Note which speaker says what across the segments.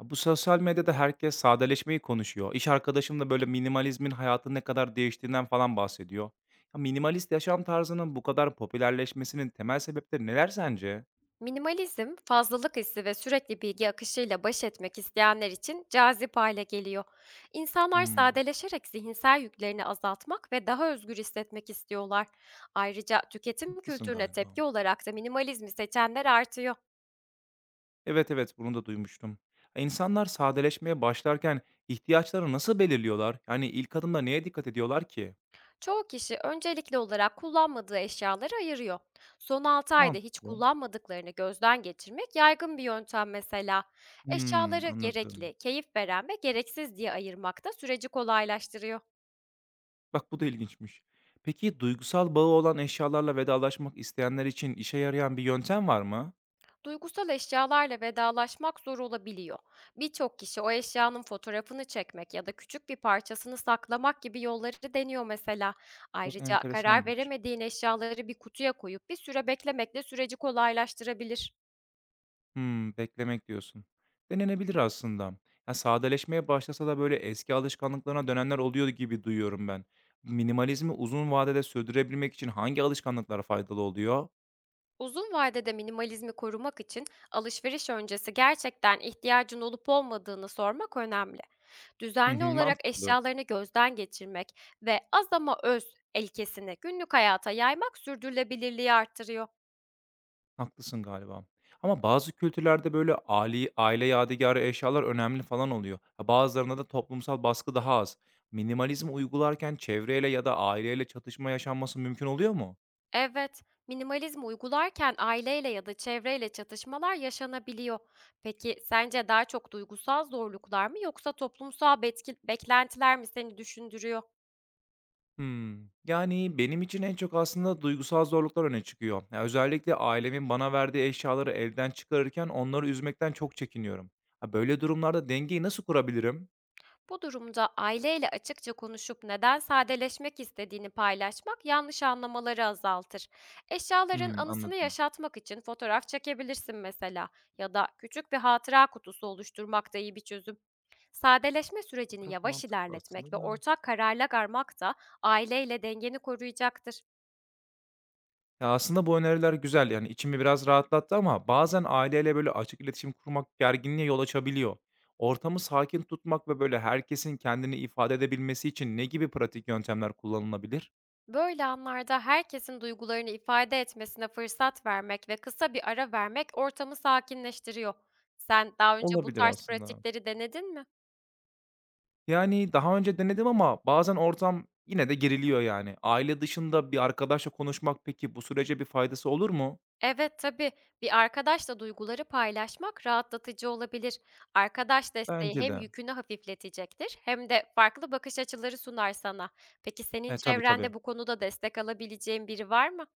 Speaker 1: Bu sosyal medyada herkes sadeleşmeyi konuşuyor. İş arkadaşım da böyle minimalizmin hayatı ne kadar değiştiğinden falan bahsediyor. Ya, minimalist yaşam tarzının bu kadar popülerleşmesinin temel sebepleri neler sence?
Speaker 2: Minimalizm, fazlalık hissi ve sürekli bilgi akışıyla baş etmek isteyenler için cazip hale geliyor. İnsanlar
Speaker 1: Hımm,
Speaker 2: sadeleşerek zihinsel yüklerini azaltmak ve daha özgür hissetmek istiyorlar. Ayrıca tüketim
Speaker 1: haklısın
Speaker 2: kültürüne
Speaker 1: galiba.
Speaker 2: tepki olarak da minimalizmi seçenler artıyor.
Speaker 1: Evet, evet, bunu da duymuştum. Ya, insanlar sadeleşmeye başlarken ihtiyaçlarını nasıl belirliyorlar? Yani ilk adımda neye dikkat ediyorlar ki?
Speaker 2: Çoğu kişi öncelikli olarak kullanmadığı eşyaları ayırıyor. Son 6 ayda hiç
Speaker 1: Mantıklı.
Speaker 2: kullanmadıklarını gözden geçirmek yaygın bir yöntem mesela.
Speaker 1: Hımm,
Speaker 2: Eşyaları
Speaker 1: anladım.
Speaker 2: gerekli, keyif veren ve gereksiz diye ayırmak da süreci kolaylaştırıyor.
Speaker 1: Bak bu da ilginçmiş. Peki duygusal bağı olan eşyalarla vedalaşmak isteyenler için işe yarayan bir yöntem var mı?
Speaker 2: Duygusal eşyalarla vedalaşmak zor olabiliyor. Birçok kişi o eşyanın fotoğrafını çekmek ya da küçük bir parçasını saklamak gibi yolları deniyor mesela.
Speaker 1: Bak
Speaker 2: Ayrıca karar
Speaker 1: enteresanmış.
Speaker 2: veremediğin eşyaları bir kutuya koyup bir süre beklemek de süreci kolaylaştırabilir.
Speaker 1: Hımm, beklemek diyorsun. Denenebilir aslında. Ya, sadeleşmeye başlasa da böyle eski alışkanlıklarına dönenler oluyor gibi duyuyorum ben. Minimalizmi uzun vadede sürdürebilmek için hangi alışkanlıklar faydalı oluyor?
Speaker 2: Uzun vadede minimalizmi korumak için alışveriş öncesi gerçekten ihtiyacın olup olmadığını sormak önemli.
Speaker 1: Hı hı,
Speaker 2: Düzenli olarak
Speaker 1: mantıklı.
Speaker 2: eşyalarını gözden geçirmek ve az ama öz ilkesini günlük hayata yaymak sürdürülebilirliği artırıyor.
Speaker 1: Haklısın galiba. Ama bazı kültürlerde böyle aile yadigarı eşyalar önemli falan oluyor. Ha, bazılarında da toplumsal baskı daha az. Minimalizmi uygularken çevreyle ya da aileyle çatışma yaşanması mümkün oluyor mu?
Speaker 2: Evet, minimalizmi uygularken aileyle ya da çevreyle çatışmalar yaşanabiliyor. Peki sence daha çok duygusal zorluklar mı yoksa toplumsal beklentiler mi seni düşündürüyor?
Speaker 1: Hımm. Yani, benim için en çok aslında duygusal zorluklar öne çıkıyor. Ya, özellikle ailemin bana verdiği eşyaları elden çıkarırken onları üzmekten çok çekiniyorum. Ha, böyle durumlarda dengeyi nasıl kurabilirim?
Speaker 2: Bu durumda aileyle açıkça konuşup neden sadeleşmek istediğini paylaşmak yanlış anlamaları azaltır. Eşyaların
Speaker 1: Hımm,
Speaker 2: anısını
Speaker 1: anladım.
Speaker 2: yaşatmak için fotoğraf çekebilirsin mesela ya da küçük bir hatıra kutusu oluşturmak da iyi bir çözüm. Sadeleşme sürecini
Speaker 1: Fotoğraf
Speaker 2: yavaş
Speaker 1: mantıklı
Speaker 2: ilerletmek
Speaker 1: aslında
Speaker 2: ve
Speaker 1: da.
Speaker 2: ortak kararlar armak da aileyle dengeni koruyacaktır.
Speaker 1: Ya, aslında bu öneriler güzel, yani, içimi biraz rahatlattı ama bazen aileyle, böyle, açık iletişim kurmak gerginliğe yol açabiliyor. Ortamı sakin tutmak ve, böyle, herkesin kendini ifade edebilmesi için ne gibi pratik yöntemler kullanılabilir?
Speaker 2: Böyle anlarda herkesin duygularını ifade etmesine fırsat vermek ve kısa bir ara vermek ortamı sakinleştiriyor. Sen daha önce bu
Speaker 1: Olabilir
Speaker 2: tarz
Speaker 1: aslında.
Speaker 2: pratikleri denedin mi?
Speaker 1: Yani, daha önce denedim ama bazen ortam yine de geriliyor yani. Aile dışında bir arkadaşla konuşmak peki bu sürece bir faydası olur mu?
Speaker 2: Evet, tabii. Bir arkadaşla duyguları paylaşmak rahatlatıcı olabilir. Arkadaş desteği
Speaker 1: Bence
Speaker 2: hem
Speaker 1: de.
Speaker 2: yükünü hafifletecektir hem de farklı bakış açıları sunar sana. Peki senin
Speaker 1: He, tabii.
Speaker 2: çevrende bu konuda destek alabileceğin biri var mı?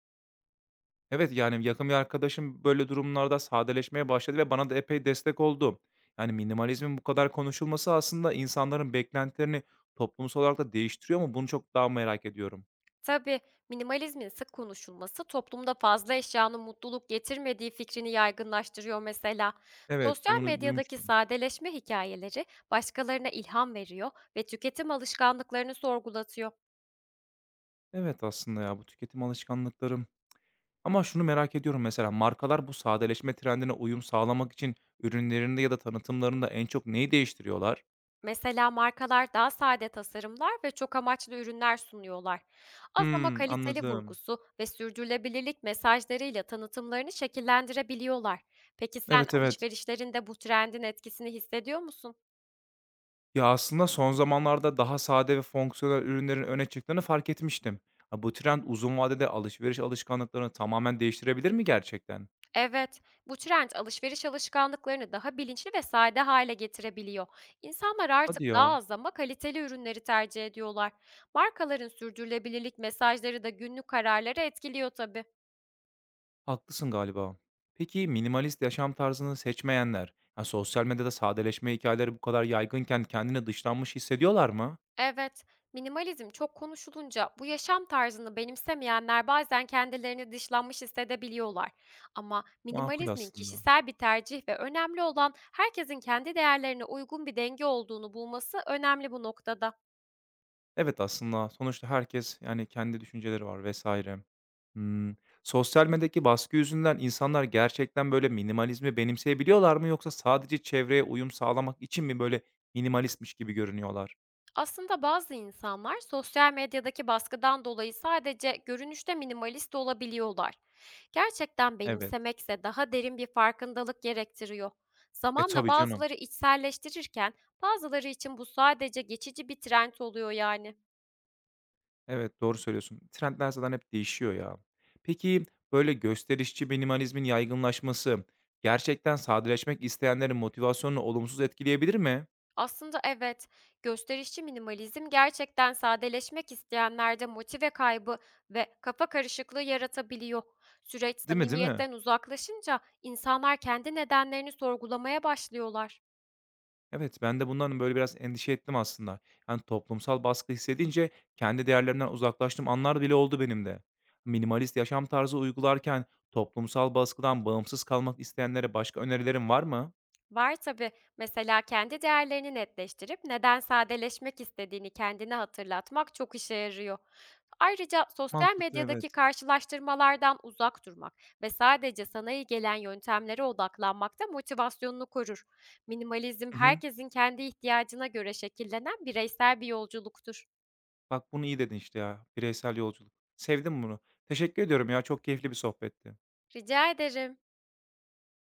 Speaker 1: Evet, yani, yakın bir arkadaşım böyle durumlarda sadeleşmeye başladı ve bana da epey destek oldu. Yani, minimalizmin bu kadar konuşulması aslında insanların beklentilerini toplumsal olarak da değiştiriyor mu? Bunu çok daha merak ediyorum.
Speaker 2: Tabii, minimalizmin sık konuşulması toplumda fazla eşyanın mutluluk getirmediği fikrini yaygınlaştırıyor mesela.
Speaker 1: Evet,
Speaker 2: Sosyal
Speaker 1: duyunu
Speaker 2: medyadaki
Speaker 1: duymuştum.
Speaker 2: sadeleşme hikayeleri başkalarına ilham veriyor ve tüketim alışkanlıklarını sorgulatıyor.
Speaker 1: Evet, aslında ya, bu tüketim alışkanlıkları. Ama şunu merak ediyorum, mesela markalar bu sadeleşme trendine uyum sağlamak için ürünlerinde ya da tanıtımlarında en çok neyi değiştiriyorlar?
Speaker 2: Mesela markalar daha sade tasarımlar ve çok amaçlı ürünler sunuyorlar. Az ama
Speaker 1: Hımm,
Speaker 2: kaliteli
Speaker 1: anladım.
Speaker 2: vurgusu ve sürdürülebilirlik mesajlarıyla tanıtımlarını şekillendirebiliyorlar. Peki sen
Speaker 1: Evet, evet.
Speaker 2: alışverişlerinde bu trendin etkisini hissediyor musun?
Speaker 1: Ya, aslında son zamanlarda daha sade ve fonksiyonel ürünlerin öne çıktığını fark etmiştim. Ha, bu trend uzun vadede alışveriş alışkanlıklarını tamamen değiştirebilir mi gerçekten?
Speaker 2: Evet, bu trend alışveriş alışkanlıklarını daha bilinçli ve sade hale getirebiliyor. İnsanlar artık
Speaker 1: Hadi ya,
Speaker 2: daha az ama kaliteli ürünleri tercih ediyorlar. Markaların sürdürülebilirlik mesajları da günlük kararları etkiliyor tabii.
Speaker 1: haklısın galiba. Peki minimalist yaşam tarzını seçmeyenler, ha, sosyal medyada sadeleşme hikayeleri bu kadar yaygınken kendini dışlanmış hissediyorlar mı?
Speaker 2: Evet, minimalizm çok konuşulunca bu yaşam tarzını benimsemeyenler bazen kendilerini dışlanmış hissedebiliyorlar. Ama
Speaker 1: Makul
Speaker 2: minimalizmin
Speaker 1: aslında.
Speaker 2: kişisel bir tercih ve önemli olan herkesin kendi değerlerine uygun bir denge olduğunu bulması önemli bu noktada.
Speaker 1: Evet, aslında sonuçta herkes, yani, kendi düşünceleri var vesaire. Hımm, sosyal medyadaki baskı yüzünden insanlar gerçekten, böyle, minimalizmi benimseyebiliyorlar mı yoksa sadece çevreye uyum sağlamak için mi, böyle, minimalistmiş gibi görünüyorlar?
Speaker 2: Aslında bazı insanlar sosyal medyadaki baskıdan dolayı sadece görünüşte minimalist olabiliyorlar. Gerçekten
Speaker 1: Evet.
Speaker 2: benimsemekse daha derin bir farkındalık gerektiriyor.
Speaker 1: E,
Speaker 2: Zamanla
Speaker 1: tabii canım.
Speaker 2: bazıları içselleştirirken bazıları için bu sadece geçici bir trend oluyor yani.
Speaker 1: Evet, doğru söylüyorsun. Trendler zaten hep değişiyor ya. Peki, böyle, gösterişçi minimalizmin yaygınlaşması gerçekten sadeleşmek isteyenlerin motivasyonunu olumsuz etkileyebilir mi?
Speaker 2: Aslında evet, gösterişçi minimalizm gerçekten sadeleşmek isteyenlerde motive kaybı ve kafa karışıklığı yaratabiliyor. Süreç
Speaker 1: Değil mi?
Speaker 2: samimiyetten uzaklaşınca insanlar kendi nedenlerini sorgulamaya başlıyorlar.
Speaker 1: Evet, ben de bundan, böyle, biraz endişe ettim aslında. Yani, toplumsal baskı hissedince kendi değerlerimden uzaklaştığım anlar bile oldu benim de. Minimalist yaşam tarzı uygularken toplumsal baskıdan bağımsız kalmak isteyenlere başka önerilerin var mı?
Speaker 2: Var tabii. Mesela kendi değerlerini netleştirip neden sadeleşmek istediğini kendine hatırlatmak çok işe yarıyor. Ayrıca sosyal
Speaker 1: Mantıklı,
Speaker 2: medyadaki
Speaker 1: evet.
Speaker 2: karşılaştırmalardan uzak durmak ve sadece sana iyi gelen yöntemlere odaklanmak da motivasyonunu korur. Minimalizm
Speaker 1: Hı hı.
Speaker 2: herkesin kendi ihtiyacına göre şekillenen bireysel bir yolculuktur.
Speaker 1: Bak bunu iyi dedin işte ya, bireysel yolculuk. Sevdim bunu. Teşekkür ediyorum ya, çok keyifli bir sohbetti.
Speaker 2: Rica ederim.